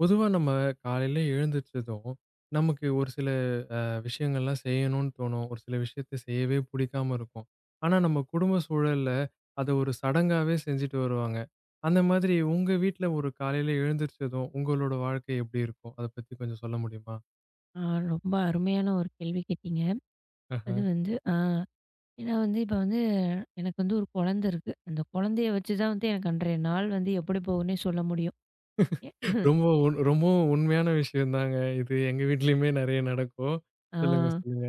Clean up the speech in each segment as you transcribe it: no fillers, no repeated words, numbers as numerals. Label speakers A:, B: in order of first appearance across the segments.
A: பொதுவா நம்ம காலையில எழுந்திரிச்சதும், நமக்கு ஒரு சில விஷயங்கள்லாம் செய்யணும்னு தோணும். ஒரு சில விஷயத்த செய்யவே புடிக்காம இருக்கும். ஆனா, நம்ம குடும்ப சூழல்ல அத ஒரு சடங்காவே செஞ்சுட்டு வருவாங்க. அந்த மாதிரி உங்க வீட்ல ஒரு காலையில எழுந்திரிச்சதும், உங்களோட வாழ்க்கை எப்படி இருக்கும்? அத பத்தி கொஞ்சம் சொல்ல முடியுமா?
B: ஆ ரொம்ப அருமையான ஒரு கேள்வி கேட்டீங்க.
A: ஆஹா.
B: அது வந்து ஏன்னா வந்து இப்ப வந்து எனக்கு வந்து ஒரு குழந்தை இருக்கு. அந்த குழந்தைய வச்சு தான் வந்து எனக்கு அன்றைய நாள் வந்து எப்படி போகும்னே சொல்ல முடியும். எ
A: ரொம்ப ரொம்பவும் உண்மையான விஷயம் தாங்க. இது எங்க வீட்லயுமே நெறைய நடக்கும்.
B: ஆ
A: சொல்லுங்க, சொல்லுங்க.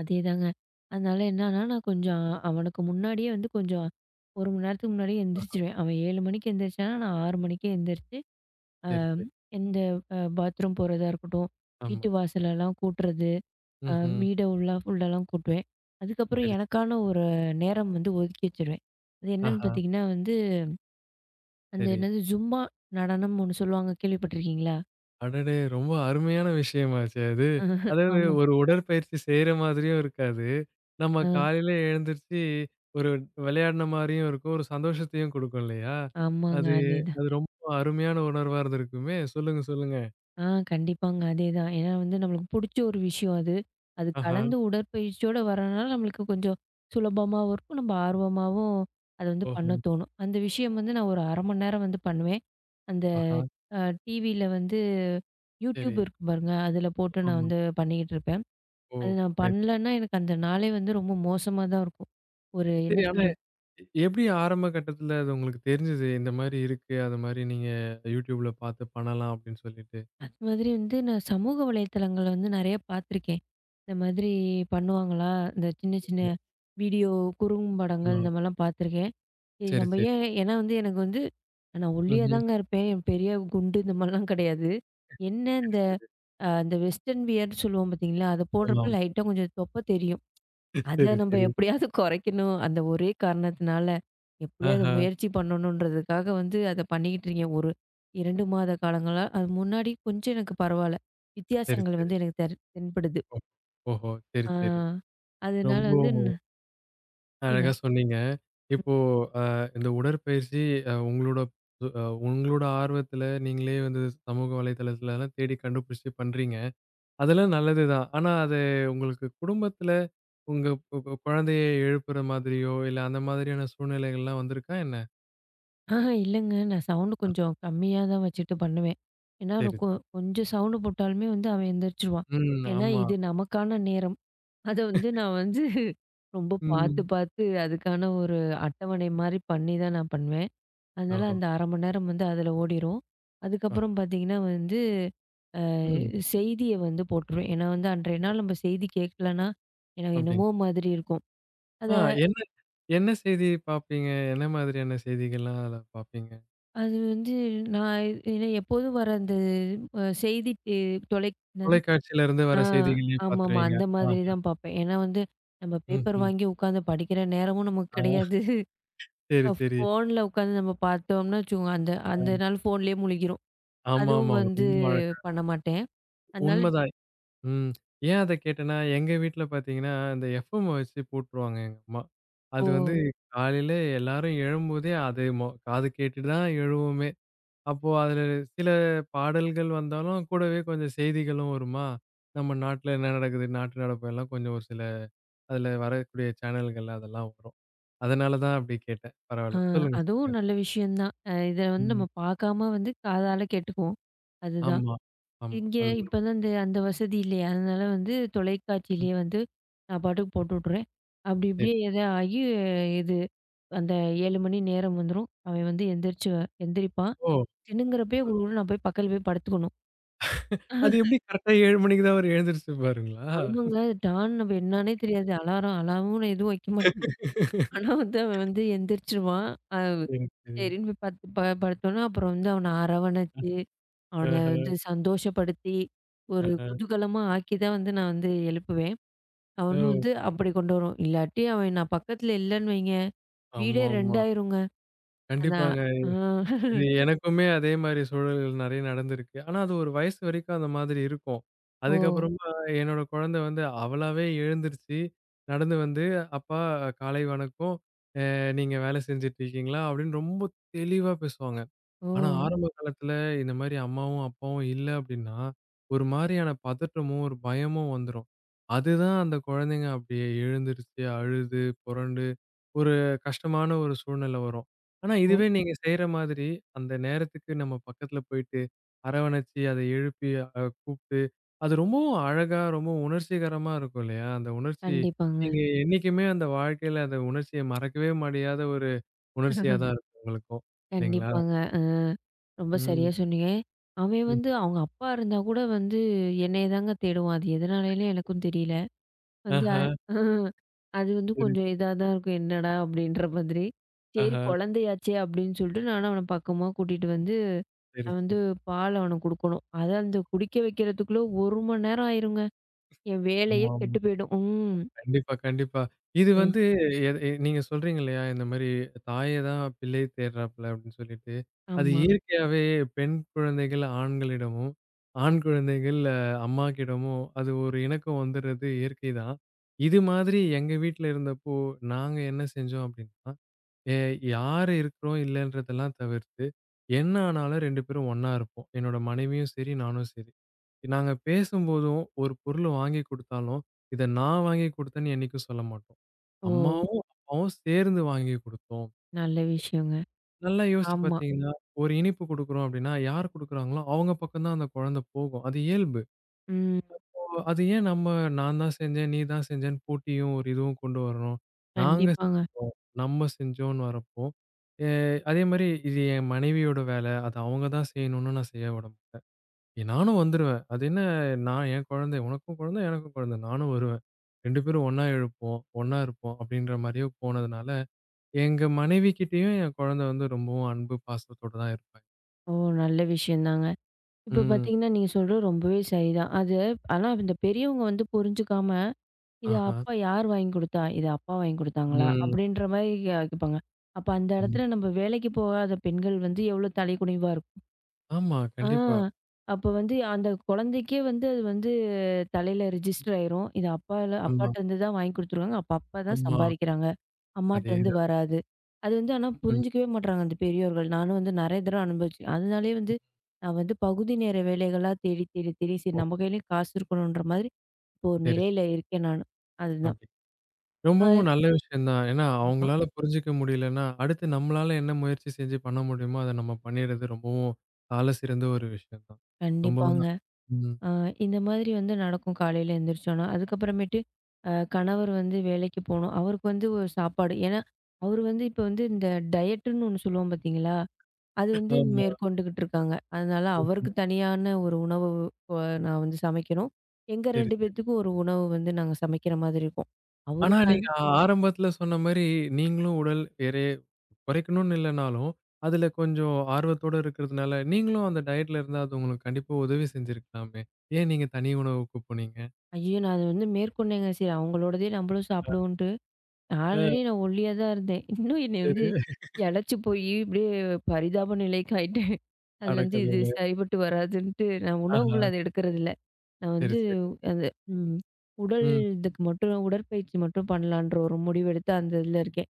B: அதேதாங்க. அதனால என்னன்னா, நான் கொஞ்சம் அவனுக்கு முன்னாடியே வந்து கொஞ்சம் 1 மணி நேரத்துக்கு முன்னாடியே
A: ஆஹா.
B: எந்திரிச்சுருவேன். அவன் 7 மணிக்கு எந்திரிச்சான்னா, நான் 6 மணிக்கே எந்திரிச்சு, அ
A: சரி, சரி.
B: எந்த அ பாத்ரூம் போறதா இருக்கட்டும்,
A: ஆமா.
B: வீட்டு வாசலெல்லாம் கூட்டுறது, அ
A: ம்ஹ்ம்.
B: வீட உள்ளா ஃபுல்லலாம் கூட்டுவேன். அதுக்கப்புறம்
A: சரி, சரி.
B: எனக்கான ஒரு நேரம் வந்து ஒதுக்கி வச்சுருவேன். அது என்னன்னு
A: ஆஹா.
B: பார்த்தீங்கன்னா வந்து, அந்த
A: சரி.
B: என்னது ஜும்பா நடனம் ஒண்ணு சொல்லுவாங்க கேள்விப்பட்டுருக்கீங்களா?
A: அடடே! ரொம்ப அருமையான விஷயமாச்சே அது. அதாவது
B: ஆமா.
A: ஒரு உடற்பயிற்சி செய்ற மாதிரியும் இருக்காது. நம்ம
B: ஆ
A: காலையில எழுந்திருச்சு ஒரு விளையாடுன மாரியும் இருக்கும். ஒரு சந்தோஷத்தையும் குடுக்கும் இல்லையா?
B: ஆமாங்க.
A: அது
B: அதேதான்.
A: அது ரொம்ப அருமையான உணர்வா இருந்திருக்குமே! சொல்லுங்க, சொல்லுங்க.
B: ஆ கண்டிப்பாங்க அதேதான். ஏன்னா வந்து நம்மளுக்கு புடிச்ச ஒரு விஷயம் அது. அது
A: ஆஹா!
B: கலந்து உடற்பயிற்சியோட வரனால நம்மளுக்கு கொஞ்சம் சுலபமாவும் இருக்கும். நம்ம ஆர்வமாவும் அத வந்து பண்ண
A: ஓஹோ!
B: தோணும். அந்த விஷயம் வந்து நான் ஒரு 1/2 மணி நேரம் வந்து பண்ணுவேன். அந்த
A: ஆஹா!
B: அ டிவில வந்து
A: சரி.
B: யூடியூப் இருக்கு பாருங்க. அதில போட்டு நான்
A: ஆமாமா.
B: வந்து பண்ணிக்கிட்டு இருப்பேன்.
A: ஓ!
B: அது நான்
A: சரி.
B: பண்ணலன்னா, எனக்கு அந்த நாளே வந்து ரொம்ப மோசமா தான் இருக்கும். ஒரு என்ன
A: சரி ஆனா
B: சொல்றது?
A: எப்படி ஆரம்ப கட்டத்துல அது உங்களுக்கு தெரிஞ்சது? இந்த மாரி இருக்கு. அது மாரி நீங்க YouTubeல பார்த்து பண்ணலாம் அப்படின்னு சொல்லிட்டு.
B: அது மாதிரி வந்து நான் சமூக வலைத்தளங்கள்ல வந்து நெறைய பார்த்துருக்கேன். இந்த மாதிரி பண்ணுவாங்களா? இந்த சின்ன சின்ன வீடியோ
A: ஆமா.
B: குறும்படங்கள் இந்த மாரிலாம் பார்த்துருக்கேன். சரி
A: சரி,
B: நம்ம
A: சரி.
B: ஏன் ஏன்னா வந்து எனக்கு வந்து நான் ஒல்லியா
A: ம்ஹ்ம்.
B: தாங்க இருப்பேன். என் பெரிய குண்டு இந்த மாரிலாம் கிடையாது. என்ன
A: சரி, சரி.
B: இந்த வெஸ்டர்ன் வியர்ன்னு சொல்லுவோம் பார்த்தீங்களா? அத
A: ஆமா.
B: போடுறப்ப லைட்டா கொஞ்சம் தொப்பை தெரியும். அத
A: சரி,
B: நம்ம
A: சரி.
B: எப்படியாவது குறைக்கணும். அந்த ஒரே காரணத்தினால, எப்படியாவது
A: ஆஹா!
B: முயற்சி பண்ணணுன்றதுக்காக வந்து அத பண்ணிக்கிட்டு இருக்கேன். ஒரு 2 மாத காலங்களா, அது முன்னாடி கொஞ்சம் எனக்கு பரவால்ல.
A: சரி,
B: வித்தியாசங்கள்
A: சரி.
B: வந்து எனக்கு தெர் தென்படுது.
A: ஓ ஓஹோ! சரி,
B: ஆ
A: சரி.
B: அதனால
A: ரொம்ப
B: வந்து சொல்லுங்க.
A: அழகா சொன்னீங்க. இப்போ இந்த உடற்பயிற்சி அ உங்களோட அ உங்களோட ஆர்வத்துல நீங்களே வந்து சமூக வலைதளத்துலலாம் தேடி கண்டுபிடிச்சு பண்றீங்க. அதெல்லாம் நல்லதுதான். ஆனா அது உங்களுக்கு குடும்பத்துல உங்க கொ கொ குழந்தைய எழுப்புற மாதிரியோ, இல்ல அந்த மாதிரியான சூழ்நிலைகள்லாம் வந்திருக்கா என்ன?
B: ஆஹா இல்லங்க. நான் சவுண்ட் கொஞ்சம் கம்மியா தான் வச்சுட்டு பண்ணுவேன். ஏன்னா ஒரு
A: சரி.
B: கொஞ்சம் சவுண்ட் போட்டாலுமே வந்து அவன் எந்திரிச்சுருவான்.
A: ம்.
B: ஏன்னா
A: ஆமா.
B: இது நமக்கான நேரம். அத வந்து நான் வந்து ரொம்ப பார்த்து
A: ம்.
B: பார்த்து அதுக்கான ஒரு அட்டவணை மாரி பண்ணி தான் நான் பண்ணுவேன். அதனால
A: ஓஹோ!
B: அந்த 1/2 மணி நேரம் வந்து அதில ஓடிரும்.
A: அ.
B: அதுக்கப்புறம் பார்த்தீங்கன்னா வந்து, அ
A: ம்.
B: செய்திய வந்து போட்டுருவேன். ஏன்னா வந்து அன்றைய நாள் நம்ம செய்தி கேட்கலன்னா, எனக்கு என்னமோ
A: அப்டிங்களா?
B: மாதிரி இருக்கும். அத
A: ஆ என்ன என்ன செய்தி பார்ப்பீங்க? என்ன மாதிரியான செய்திகள்லாம் அதில பார்ப்பீங்க?
B: அது வந்து ஏன்னா எப்போதும் வர அந்த செய்தி டி தொலை என்னது
A: தொலைக்காட்சியில இருந்து வர
B: ஆ
A: செய்திகளயே
B: ஆமாமா.
A: பார்த்துருவீங்க.
B: அந்த மாதிரி
A: ஆ.
B: தான் பார்ப்பேன். ஏன்னா வந்து நம்ம பேப்பர்
A: ம்ஹ்ம்.
B: வாங்கி உட்காந்து படிக்கிற நேரமும் நமக்கு
A: ஆ
B: கிடையாது.
A: சரி, சரி.
B: ஃபோன்ல உட்காந்து நம்ம பார்த்தோம்னா வச்சுக்கோங்க, அந்த
A: ஆ.
B: அந்த நாள் ஃபோன்லேயே முழுகிரும். அதுவும்
A: ஆமாமா.
B: வந்து
A: ரொம்ப அழகா.
B: பண்ண மாட்டேன். அதனால
A: உண்மதான். ம். ஏன் அத கேட்டேன்னா, எங்க வீட்ல பார்த்தீங்கன்னா, இந்த எஃப்எம் வச்சு போட்டுருவாங்க எங்க அம்மா.
B: இப்போ
A: அது வந்து காலையில எல்லாரும் எழும்போதே அது காது கேட்டுட்டு தான் எழுவோமே! அப்போ அதுல சில பாடல்கள் வந்தாலும், கூடவே கொஞ்சம் செய்திகளும் வருமா? நம்ம நாட்டுல என்ன நடக்குது? நாட்டு நடப்பு எல்லாம் கொஞ்சம் ஒரு சில அதுல வரக்கூடிய சேனல்கள் அதெல்லாம் வரும். அதனால தான் அப்படி கேட்டேன்.
B: ஆ,
A: பரவால்ல. சொல்லுங்க,
B: அதுவும்
A: சொல்லுங்க.
B: நல்ல விஷயம் தான். அ இத வந்து
A: ம்.
B: நம்ம பார்க்காம வந்து காதால கேட்டுக்குவோம். அதுதான்.
A: ஆமா, ஆமா.
B: இங்க
A: அது ஒண்ணு.
B: இப்ப தான் இந்த அந்த வசதி இல்லையா? அதனால வந்து
A: ம்.
B: தொலைக்காட்சியிலேயே வந்து நான் பாட்டுக்கு போட்டு விட்டுறேன். அப்படி
A: சரி.
B: இப்படியே எதோ ஆகி இது அந்த 7 மணி நேரம் வந்துரும். அவன் வந்து எந்திரிப்பான்.
A: ஓ!
B: சிணுங்குறப்பயே குடுகுடுன்னு நான் போய் பக்கத்துல போய் படுத்துக்கணும்.
A: அது எப்படி கரெக்ட்டா 7 மணிக்கு தான் அவரு எழுந்திரிச்சு பாருங்களா?
B: ஆமாங்க. டான் நம்ம என்னான்னே தெரியாது. அலாரமும் நான் எதுவும் வைக்க மாட்டேன். ஆனா வந்து அவன் வந்து எந்திரிச்சுருவான். அ
A: சரி, சரி.
B: சரின்னு போய் படுத்து ப படுத்தோன்னே அப்புறம் வந்து அவன அரவணைச்சு அவன
A: ஆஹா.
B: வந்து சந்தோஷப்படுத்தி, ஒரு குதூகலமா ஆக்கி தான் வந்து நான் வந்து எழுப்புவேன். அவனும்
A: ஓ!
B: வந்து அப்படி கொண்டு வருவான். இல்லாட்டி அவன் நான் பக்கத்துல இல்லன்னு வைங்க, வீடே 2
A: ஆமாமா.
B: ஆயிருங்க. அதான்
A: கண்டிப்பாங்க.
B: ஆ
A: இது எனக்குமே அதே மாரி சூழல்கள் நெறைய நடந்திருக்கு. ஆனா அது ஒரு வயசு வரைக்கும் அந்த மாதிரி இருக்கும்.
B: ஓ!
A: அதுக்கப்புறமா என்னோட குழந்தை வந்து அவளாவே எழுந்திருச்சு, நடந்து வந்து, "அப்பா காலை வணக்கம். நீங்க வேலை செஞ்சுட்டு இருக்கீங்களா?" அப்படின்னு ரொம்ப தெளிவா பேசுவாங்க.
B: ஓ!
A: ஆனா ஆரம்ப காலத்துல இந்த மாரி அம்மாவும், அப்பாவும் இல்ல அப்டின்னா, ஒரு மாரியான பதற்றமும், ஒரு பயமும் வந்துரும். அதுதான் அந்த குழந்தைங்க அப்டியே எழுந்துருச்சு, அழுது, புரண்டு ஒரு கஷ்டமான ஒரு சூழ்நிலை வரும். ஆனா
B: ஓ!
A: இதுவே நீங்க செய்ற மாதிரி, அந்த நேரத்துக்கு நம்ம பக்கத்துல போயிட்டு, அரவணைச்சு, அத எழுப்பி கூப்ட்டு, அது ரொம்பவும் அழகா, ரொம்ப உணர்ச்சிகரமா இருக்கும் இல்லையா? அந்த உணர்ச்சி
B: கண்டிப்பாங்க,
A: நீங்க என்னைக்குமே அந்த வாழ்க்கையில அந்த உணர்ச்சிய மறக்கவே முடியாத ஒரு உணர்ச்சியா தான் இருக்கும் உங்களுக்கும். இல்லைங்களா?
B: கண்டிப்பாங்க. அ ரொம்ப
A: ம்.
B: சரியா சொன்னீங்க. அவன்
A: ம்.
B: வந்து அவங்க அப்பா இருந்தா கூட வந்து என்னைய தாங்க தேடுவான். அது எதனாலேன்னு எனக்கும் தெரியல. வந்து
A: ஆஹா,
B: ஆ, அது வந்து
A: சரி.
B: கொஞ்சம் இதா தான் இருக்கும். என்னடா! அப்படின்ற மாதிரி. சரி
A: ஆஹா,
B: குழந்தையாச்சே அப்படின்னு சொல்லிட்டு நானும் அவன பக்கமா கூட்டிட்டு வந்து,
A: சரி,
B: நான் வந்து
A: சரி.
B: பால் அவனுக்கு குடுக்கணும். அத அந்த குடிக்க வைக்கிறதுக்குள்ள 1 மணி நேரம் ஆயிருங்க. என் வேலையே
A: ஆமா, ஆமா.
B: கெட்டு போயிடும். ம்.
A: கண்டிப்பா, கண்டிப்பா. இது
B: ஆ.
A: வந்து எ எ நீங்க சொல்றீங்க இல்லையா? இந்த மாரி தாய தான் பிள்ளை தேடுறாப்ல அப்படின்னு சொல்லிட்டு. அது
B: ஆமா.
A: இயற்கையாவே பெண் குழந்தைகள் ஆண்களிடமும், ஆண் குழந்தைகள் அம்மாக்கிடமும் அது ஒரு இணக்கம் வந்துடுறது இயற்கை தான். இது மாதிரி எங்க வீட்ல இருந்தப்போ நாங்க என்ன செஞ்சோம் அப்படின்னா, எ யார் இருக்கிறோம் இல்லன்றதெல்லாம் தவிர்த்து, என்ன ஆனாலும் 2 பேரும் ஒண்ணா இருப்போம். என்னோட மனைவியும் சரி, நானும் சரி. நாங்க பேசும்போதும், ஒரு பொருள் வாங்கி குடுத்தாலும், இத நான் வாங்கி குடுத்தேன்னு என்னைக்கும் சொல்ல மாட்டோம்.
B: ஓ!
A: அம்மாவும், அப்பாவும் சேர்ந்து வாங்கி குடுத்தோம்.
B: நல்ல விஷயங்க.
A: நல்லா யோசிச்சு
B: ஆமா.
A: பார்த்தீங்கன்னா, ஒரு இனிப்பு குடுக்குறோம் அப்படின்னா, யார் குடுக்குறாங்களோ அவங்க பக்கம் தான் அந்த குழந்தை போகும். அது இயல்பு.
B: ம்.
A: இப்போ அது ஏன் நம்ம நான் தான் செஞ்சேன், நீ தான் செஞ்சேன்னு போட்டியும் ஒரு இதுவும் கொண்டு வரணும். நாங்க
B: கண்டிப்பாங்க.
A: நம்ம செஞ்சோம்ன்னு வரப்போ, எ அதே மாரி இது என் மனைவியோட வேலை. அத அவங்க தான் செய்யணும்னு நான் செய்ய விட மாட்டேன். நானும் வந்துருவேன். அது என்ன நான் என் குழந்தை, உனக்கும் குழந்தை, எனக்கும் குழந்தை. நானும் வருவேன். 2 பேரும் ஒண்ணா எழுப்போம், ஒண்ணா இருப்போம் அப்படின்ற மாரியே போனதுனால, எங்க மனைவி கிட்டயும் என் குழந்தை வந்து ரொம்பவும் அன்பு, பாசத்தோட தான் இருப்பா.
B: ஓ! நல்ல விஷயம் தாங்க. இப்ப
A: ம்.
B: பார்த்தீங்கன்னா, நீங்க சொல்றது ரொம்பவே சரிதான். அது ஆனா இந்த பெரியவங்க வந்து புரிஞ்சுக்காம இது
A: ஆஹா.
B: அப்பா யார் வாங்கி குடுத்தா? இது அப்பா வாங்கி குடுத்தாங்களா?
A: ம்.
B: அப்படின்ற மாரி கேட்பாங்க. அப்ப அந்த
A: ஆமா.
B: இடத்துல நம்ம வேலைக்கு போகாத பெண்கள் வந்து எவ்வளோ தலைகுனிவா இருக்கும்.
A: ஆமா.
B: ஆ
A: கண்டிப்பா.
B: அப்ப வந்து அந்த குழந்தைக்கே வந்து அது வந்து தலையில ரிஜிஸ்டர் ஆயிரும். இது
A: ஆமா,
B: அப்பாட்டருந்து தான் வாங்கி குடுத்துருக்காங்க. அப்ப அப்பா தான்
A: ஆமா.
B: சம்பாரிக்கிறாங்க. அம்மாட்டருந்து
A: அதேதான்.
B: வராது. அது வந்து ஆனா
A: ம்.
B: புரிஞ்சுக்கவே மாட்றாங்க அந்த பெரியோர்கள். நானும் வந்து நெறைய தடவ அனுபவிச்சேன். அதனாலேயே
A: ம்.
B: வந்து நான் வந்து பகுதி நேர வேலைகளா தேடி, தேடி, தேடி சரி
A: ஓ!
B: நம்ம கையிலயும் காசு இருக்கணுன்ற மாதிரி இப்போ ஒரு
A: சரி, சரி.
B: நிலையில இருக்கேன் நானு. அதுதான்.
A: அப்படி.
B: ஆ
A: ரொம்பவும் நல்ல விஷயம் தான். ஏன்னா
B: ஆமா.
A: அவங்களால புரிஞ்சுக்க முடியலன்னா, அடுத்து நம்மளால என்ன முயற்சி செஞ்சு பண்ண முடியுமோ, அத நம்ம பண்ணிடுறது ரொம்பவும் சால சிறந்த ஒரு விஷயம் தான். ரொம்ப
B: கண்டிப்பாங்க.
A: ம்.
B: அ இந்த மாதிரி வந்து நடக்கும் காலையில எந்திரிச்சோன்னா. அதுக்கப்புறமேட்டு கணவர் வந்து வேலைக்கு போணும். அவருக்கு வந்து ஒரு சாப்பாடு. ஏன்னா, அவரு வந்து இப்ப வந்து இந்த டயட்டுன்னு ஒண்ணு சொல்லுவோம் பார்த்தீங்களா? அது வந்து
A: ஆமா.
B: மேற்கொண்டுகிட்டு இருக்காங்க. அதனால
A: ஆமா.
B: அவருக்கு தனியான ஒரு உணவு நான் வந்து சமைக்கணும். எங்க
A: சரி,
B: 2
A: சரி.
B: பேத்துக்கும் ஒரு உணவு வந்து நாங்க சமைக்கிற மாதிரி இருக்கும்.
A: ஆனா
B: அவருக்கு
A: நீங்க ஆரம்பத்துல சொன்ன மாரி, நீங்களும் உடல் எடைய குறைக்கணும்னு இல்லனாலும், அதுல கொஞ்சம் ஆர்வத்தோட இருக்கிறதுனால, நீங்களும் அந்த டயட்ல இருந்தா அது உங்களுக்கு கண்டிப்பா உதவி செஞ்சிருக்கலாமே! ஏன் நீங்க தனி உணவுக்கு போனீங்க?
B: ஐயோ! நான் அத வந்து மேற்கொண்டேங்க. சரி அவங்களோடதே நம்மளும் சாப்பிடுவோன்ட்டு
A: ஆ
B: ஆல்ரெடி நான் ஒல்லியா தான் இருந்தேன். இன்னும் என்னைய வந்து
A: சரி.
B: எளச்சு போயி இப்படியே பரிதாப நிலைக்கு ஆயிட்டேன்.
A: அட
B: அதுலருந்து இது
A: கடவுளே!
B: சரிப்பட்டு வராதுன்ட்டு நான்
A: ஆஹா.
B: உணவுகள் அத எடுக்கறதில்ல. நான்
A: சரி,
B: வந்து
A: சரி.
B: அது ம் உடல்
A: ம்.
B: இதுக்கு மட்டும் உடற்பயிற்சி மட்டும் பண்ணலான்ற ஒரு முடிவெடுத்து அந்த இதுல இருக்கேன்.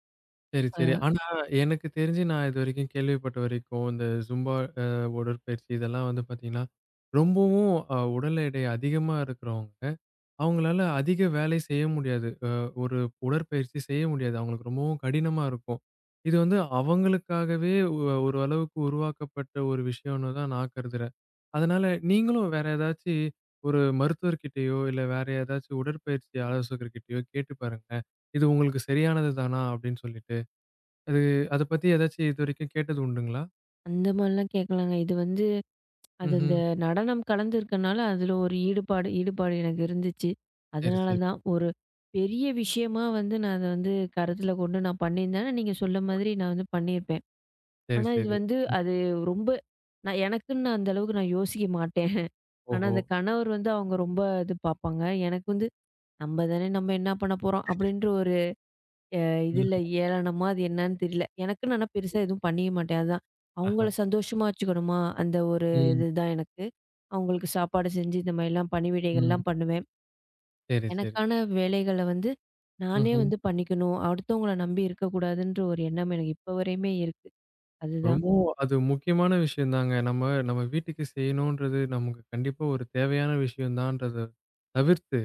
A: சரி,
B: அ
A: சரி. ஆனா எனக்கு தெரிஞ்சு நான் இதுவரைக்கும் கேள்விப்பட்ட வரைக்கும், இந்த ஜும்பா அ உடற்பயிற்சி இதெல்லாம் வந்து பார்த்தீங்கன்னா, ரொம்பவும் உடல் எடை அதிகமா இருக்கிறவங்க அவங்களால அதிக வேலை செய்ய முடியாது. ஒரு உடற்பயிற்சி செய்ய முடியாது. அவங்களுக்கு ரொம்பவும் கடினமா இருக்கும். இது வந்து அவங்களுக்காகவே ஒரு அளவுக்கு உருவாக்கப்பட்ட ஒரு விஷயம்னு தான் நான் கருதுறேன். அதனால நீங்களும் வேற ஏதாச்சு ஒரு மருத்துவர்கிட்டயோ, இல்ல வேற ஏதாச்சும் உடற்பயிற்சி ஆலோசகர்கிட்டயோ கேட்டு பாருங்களேன். இது உங்களுக்கு சரியானது தானா? அப்படின்னு சொல்லிட்டு. அது அத பத்தி ஏதாச்சும் இதுவரைக்கும் கேட்டது உண்டுங்களா?
B: அந்த மாரிலாம் கேட்கலாங்க. இது வந்து அது இந்த
A: ம்ஹ்ம்.
B: நடனம் கலந்துருக்கனால அதுல ஒரு ஈடுபாடு ஈடுபாடு எனக்கு இருந்துச்சு.
A: சரி,
B: அதனால
A: சரி.
B: தான் ஒரு பெரிய விஷயமா வந்து நான் அத வந்து கருத்துல கொண்டு நான் பண்ணியிருந்தேன்னா, நீங்க சொல்ல மாதிரி நான் வந்து பண்ணியிருப்பேன்.
A: சரி,
B: ஆனா இது
A: சரி.
B: வந்து
A: ம்.
B: அது ரொம்ப நான் எனக்குன்னு நான் அந்த அளவுக்கு நான் யோசிக்க மாட்டேன். ஆனா
A: ஓஹோ!
B: அந்த கணவர் வந்து அவங்க ரொம்ப இது பார்ப்பாங்க. எனக்கு வந்து நம்ம தானே நம்ம என்ன பண்ண போறோம் அப்படின்ற ஒரு அ இதுல
A: ம்ஹ்ம்.
B: ஏளனமா அது என்னன்னு தெரியல. எனக்குன்னு ஆனா பெருசா எதுவும் பண்ணிக்க மாட்டேன். அதான்
A: ஆஹா.
B: அவங்கள சந்தோஷமா வச்சுக்கணுமா அந்த ஒரு
A: ம்.
B: இதுதான் எனக்கு. அவங்களுக்கு சாப்பாடு செஞ்சு இந்த மாதிரிலாம்
A: ம்.
B: பணிவிடைகள்லாம் பண்ணுவேன்.
A: சரி, சரி.
B: எனக்கான வேலைகள வந்து நானே
A: ம்ஹ்ம்.
B: வந்து பண்ணிக்கணும். அடுத்தவங்கள நம்பி இருக்கக்கூடாதுன்ற ஒரு எண்ணம் எனக்கு இப்ப வரையுமே இருக்கு. அதுதான்.
A: ரொம்பவும் அது முக்கியமான விஷயம் தாங்க. நம்ம நம்ம வீட்டுக்கு செய்யணுன்றது நமக்கு கண்டிப்பா ஒரு தேவையான விஷயம் தான்றத தவிர்த்து,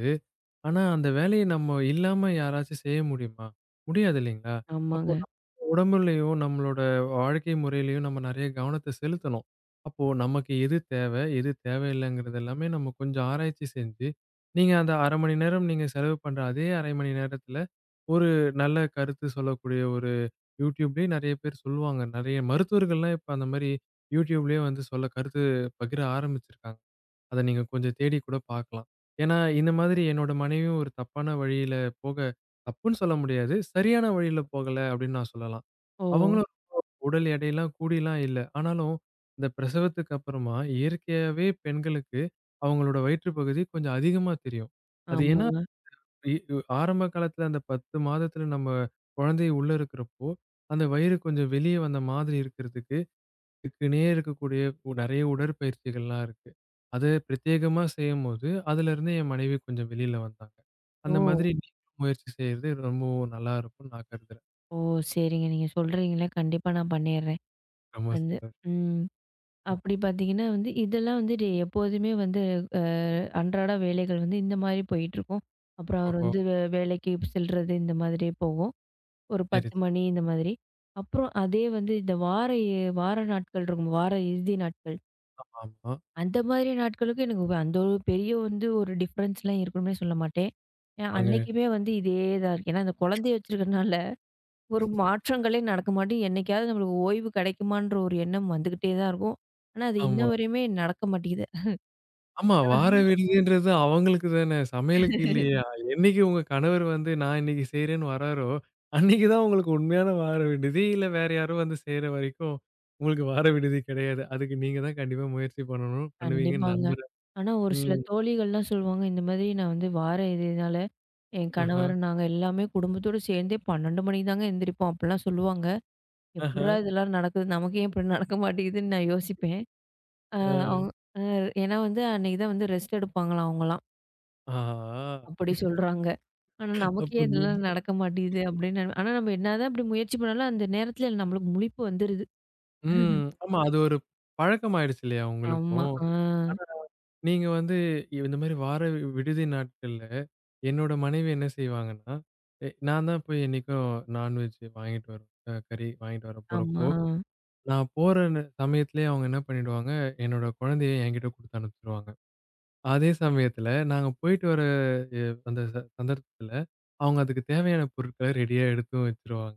A: ஆனா அந்த வேலைய நம்ம இல்லாம யாராச்சும் செய்ய முடியுமா? முடியாது இல்லைங்களா? அப்போ
B: ஆமாங்க.
A: நம்ம உடம்புலயும், நம்மளோட வாழ்க்கை முறையிலயும் நம்ம நெறைய கவனத்த செலுத்தணும். அப்போ நமக்கு எது தேவை, எது தேவையில்லங்கிறது எல்லாமே நம்ம கொஞ்சம் ஆராய்ச்சி செஞ்சு, நீங்க அந்த 1/2 மணி நேரம் நீங்க செலவு பண்ற அதே 1/2 மணி நேரத்துல ஒரு நல்ல கருத்து சொல்லக்கூடிய ஒரு YouTubeலயே நெறைய பேர் சொல்லுவாங்க. நெறைய மருத்துவர்கள்லாம் இப்ப அந்த மாரி YouTubeலயே வந்து சொல்ல கருத்து பகிர ஆரம்பிச்சிருக்காங்க. அத நீங்க கொஞ்சம் தேடி கூட பார்க்கலாம். ஏன்னா, இந்த மாதிரி என்னோட மனைவியும் ஒரு தப்பான வழியில போக தப்புன்னு சொல்ல முடியாது. சரியான வழியில போகல அப்படின்னு நான் சொல்லலாம்.
B: ஓ!
A: அவங்களும் உடல் எடையெல்லாம் கூடிலாம் இல்ல. ஆனாலும் இந்த பிரசவத்துக்கு அப்புறமா இயற்கையாவே பெண்களுக்கு அவங்களோட வயிற்று பகுதி கொஞ்சம் அதிகமா தெரியும். அது ஏன்னா
B: ஆமாங்க.
A: இ உ ஆரம்ப காலத்துல அந்த 10 மாதத்துல நம்ம குழந்தை உள்ள இருக்கிறப்போ, அந்த வயிறு கொஞ்சம் வெளிய வந்த மாதிரி இருக்கிறதுக்கு, இதுக்குன்னே இருக்கக்கூடிய நெறைய உடற்பயிற்சிகள்லாம் இருக்கு. அது பிரத்யேகமா செய்யும்போது, அதுலருந்து என் மனைவி கொஞ்சம் வெளில வந்தாங்க.
B: ஓ!
A: அந்த மாதிரி நீங்களும் முயற்சி செய்யறது ரொம்பவும் நல்லா இருக்கும்னு நான் கருதுறேன்.
B: ஓ! சரிங்க. நீங்க சொல்றீங்களே, கண்டிப்பா நான் பண்ணிடுறேன்.
A: ரொம்ப
B: வந்து
A: சந்தோஷம்.
B: ம். அப்படி பார்த்தீங்கன்னா வந்து, இதெல்லாம் வந்து டே எப்போதுமே வந்து அ அன்றாட வேலைகள் வந்து இந்த மாரி போயிட்டுருக்கும். அப்புறம் அவர்
A: ஓஹோ!
B: வந்து வேலைக்கு செல்றது இந்த மாதிரி போகும். ஒரு
A: சரி,
B: 10
A: சரி.
B: மணி இந்த மாதிரி. அப்புறம் அதே வந்து இந்த வார நாட்கள் இருக்கும். வார இறுதி நாட்கள்.
A: ஆமா.
B: அந்த மாதிரி நாட்களுக்கு எனக்கு அந்த ஒரு பெரிய வந்து ஒரு டிஃப்ரென்ஸ்லாம் இருக்கும்னே சொல்ல மாட்டேன். ஏன்
A: ஆமாங்க.
B: அன்னைக்குமே வந்து இதே தான் இருக்கு. ஏன்னா அந்த குழந்தைய வச்சிருக்கிறனால ஒரு மாற்றங்களே நடக்க மாட்டி, என்னைக்காவது நம்மளுக்கு ஓய்வு கிடைக்குமான்ற ஒரு எண்ணம் வந்துகிட்டே தான் இருக்கும். ஆனா, அது இன்ன
A: ஆமா.
B: வரையுமே நடக்க மாட்டேங்குது.
A: ஆமா. வார விடுதின்றது அவங்களுக்கு தானே! சமையலுக்கு இல்லையா? என்னைக்கு உங்க கணவர் வந்து நான் இன்னைக்கு செய்றேன்னு வராரோ, அன்னைக்கு தான் உங்களுக்கு உண்மையான வார விடுதி. இல்ல வேற யாரோ வந்து செய்ற வரைக்கும், உங்களுக்கு வார விடுதி கிடையாது. அதுக்கு நீங்க தான் கண்டிப்பா முயற்சி பண்ணணும். பண்ணுவீங்கன்னு
B: கண்டிப்பாங்க.
A: நம்புறேன்.
B: ஆனா, ஒரு சில
A: ம்.
B: தோழிகள்லாம் சொல்லுவாங்க, இந்த மாதிரி நான் வந்து வார இறுதினால என்
A: ஆஹா,
B: கணவர் நாங்க எல்லாமே குடும்பத்தோட சேர்ந்தே 12 மணிக்கு தாங்க எந்திரிப்போம். அப்டிலாம் சொல்லுவாங்க.
A: ஆஹா,
B: எப்புட்றா இதெல்லாம் நடக்குது? நமக்கு ஏன் இப்டி நடக்க மாட்டேங்குதுன்னு நான் யோசிப்பேன். அ
A: அ,
B: அவங்க ஏன்னா வந்து அன்னைக்கு தான் வந்து ரெஸ்ட் எடுப்பாங்களாம் அவங்கலாம்.
A: ஆஹா.
B: அப்படி சொல்றாங்க. ஆனா,
A: அப்ப
B: நமக்கே
A: இது-
B: இதெல்லாம் நடக்க மாட்டேங்குது அப்படின்னு ஆனா, நம்ம என்னதான் அப்படி முயற்சி பண்ணாலும், அந்த நேரத்துல நம்மளுக்கு முழிப்பு வந்துருது.
A: ம். ஆமா. அது ஒரு பழக்கமாயிடுச்சு இல்லையா
B: ஆமா.
A: உங்களுக்கும்? நீங்க வந்து இந்த மாரி விடுதி நாட்கள்ல, என்னோட மனைவி என்ன செய்வாங்கன்னா, நான் தான் போய் என்னைக்கும் நான்வெஜ் வாங்கிட்டு வரேன். கறி வாங்கிட்டு வர
B: ஆமா.
A: போறப்போ, நான் போற சமயத்திலேயே அவங்க என்ன பண்ணிடுவாங்க, என்னோட குழந்தைய என்கிட்ட குடுத்து அனுப்பிச்சுருவாங்க. அதே சமயத்தில நாங்க போயிட்டு வர எ அந்த சந்தர்ப்பத்தில, அவங்க அதுக்கு தேவையான பொருட்கள ரெடியா எடுத்தும் வச்சுருவாங்க.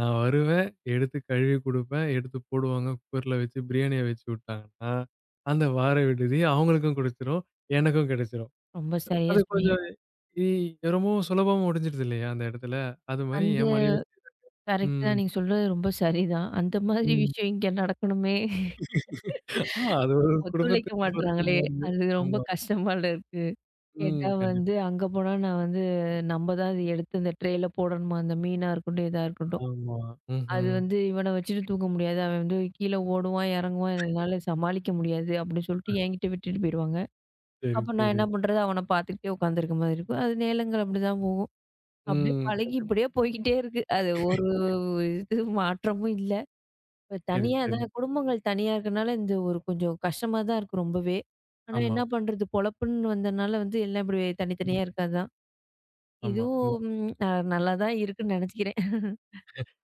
A: நான் வருவேன், எடுத்து கழுவி குடுப்பேன், எடுத்து போடுவாங்க. குக்கர்ல வச்சு பிரியாணிய வச்சு விட்டாங்கன்னா, அந்த வார விடுதி அவங்களுக்கும் குடுத்துரும், எனக்கும் கிடைச்சிரும்.
B: ரொம்ப சரியா
A: அது
B: சொன்னீங்க.
A: கொஞ்சம் ஈ ரொம்பவும் சுலபமா முடிஞ்சிடுது இல்லையா? அந்த இடத்துல. அது மாரி
B: அந்த
A: என் மனைவி
B: கரெக்ட்
A: ம்,
B: தான். நீங்க சொல்றது ரொம்ப சரிதான். அந்த மாதிரி
A: ம்.
B: விஷயம் இங்க நடக்கணுமே!
A: ஆமா. அது ஒரு
B: ஒத்துழைக்க
A: குடும்பத்துக்கு பொறுத்த
B: மாட்றாங்களே!
A: மாறுது.
B: அது ரொம்ப
A: ஆமா.
B: கஷ்டமால இருக்கு.
A: ம்.
B: கேட்டா வந்து,
A: கண்டிப்பா.
B: அங்க போனா நான் வந்து நம்ம தான் அது எடுத்து அந்த ட்ரேல போடணுமா? அந்த மீனா இருக்கட்டும், எதா இருக்கட்டும்.
A: ஆமா.
B: அது
A: ம்ஹ்ம்.
B: வந்து இவன வச்சுட்டு தூக்க முடியாது. அவன் வந்து கீழ ஓடுவான், இறங்குவான். என்னால சமாளிக்க முடியாது அப்படின்னு சொல்லிட்டு என்கிட்ட விட்டுட்டு போயிருவாங்க.
A: சரி,
B: அப்ப நான்
A: சரி.
B: என்ன பண்றது? அவன பார்த்துக்கிட்டே உட்காந்துருக்க மாதிரி இருக்கும். அது நேரங்கள் அப்படிதான் போகும். அப்படியே
A: ம்.
B: பழகி
A: கண்டிப்பா.
B: இப்படியே போய்க்கிட்டே இருக்கு. அது ஒரு இது மாற்றமும் இல்ல. இப்ப
A: சரி,
B: தனியா
A: சரி.
B: தான் குடும்பங்கள் தனியா இருக்கனால இந்த ஒரு கொஞ்சம் கஷ்டமா தான் இருக்கு ரொம்பவே. ஆனா
A: ஆமா.
B: என்ன பண்றது? பொழப்புன்னு வந்தனால வந்து எல்லாம் இப்படி
A: ம்.
B: தனித்தனியா இருக்கதான்.
A: ஆமா.
B: இதுவும் அ நல்லா தான் இருக்குன்னு நினைச்சுக்கிறேன்.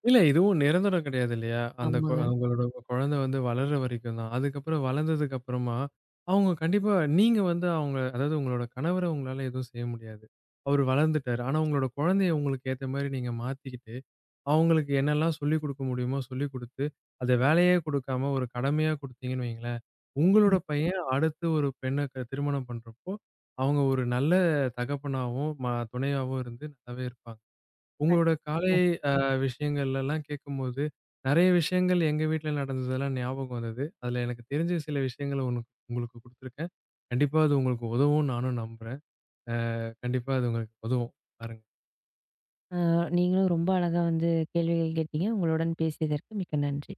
A: இல்ல இதுவும் நிரந்தரம் கிடையாது இல்லையா? அந்த ம்.
B: ஆமாங்க.
A: அவங்களோட குழந்தை வந்து வளர்ற வரைக்கும் தான். அதுக்கப்புறம் வளர்ந்ததுக்கு அப்புறமா, அவங்க கண்டிப்பா நீங்க வந்து அவங்க அதாவது உங்களோட கணவர உங்களால எதுவும் செய்ய முடியாது. அவரு வளர்ந்துட்டாரு. ஆனா உங்களோட குழந்தைய உங்களுக்கு ஏத்த மாரி நீங்க மாத்திக்கிட்டு, அவங்களுக்கு என்னெல்லாம் சொல்லிக் குடுக்க முடியுமோ சொல்லிக் குடுத்து, அத வேலையே குடுக்காம ஒரு கடமையா குடுத்தீங்கன்னு வைங்களேன், உங்களோட பையன் அடுத்து ஒரு பெண்ண திருமணம் பண்றப்போ, அவங்க ஒரு நல்ல தகப்பனாவும், துணையாவும் இருந்து நல்லாவே இருப்பாங்க. உங்களோட காலை
B: ம்.
A: அ விஷயங்கள்லலாம் கேட்கும்போது, நெறைய விஷயங்கள் எங்க வீட்ல நடந்ததெல்லாம் ஞாபகம் வந்தது. அதுல எனக்கு தெரிஞ்ச சில விஷயங்கள உங்களுக்கு குடுத்துருக்கேன். கண்டிப்பா அது உங்களுக்கு உதவும்னு நானும் நம்புறேன். கண்டிப்பா அது உங்களுக்கு உதவும். பாருங்க.
B: நீங்களும் ரொம்ப அழகா வந்து கேள்விகள் கேட்டீங்க. உங்களுடன் பேசியதற்கு மிக்க நன்றி.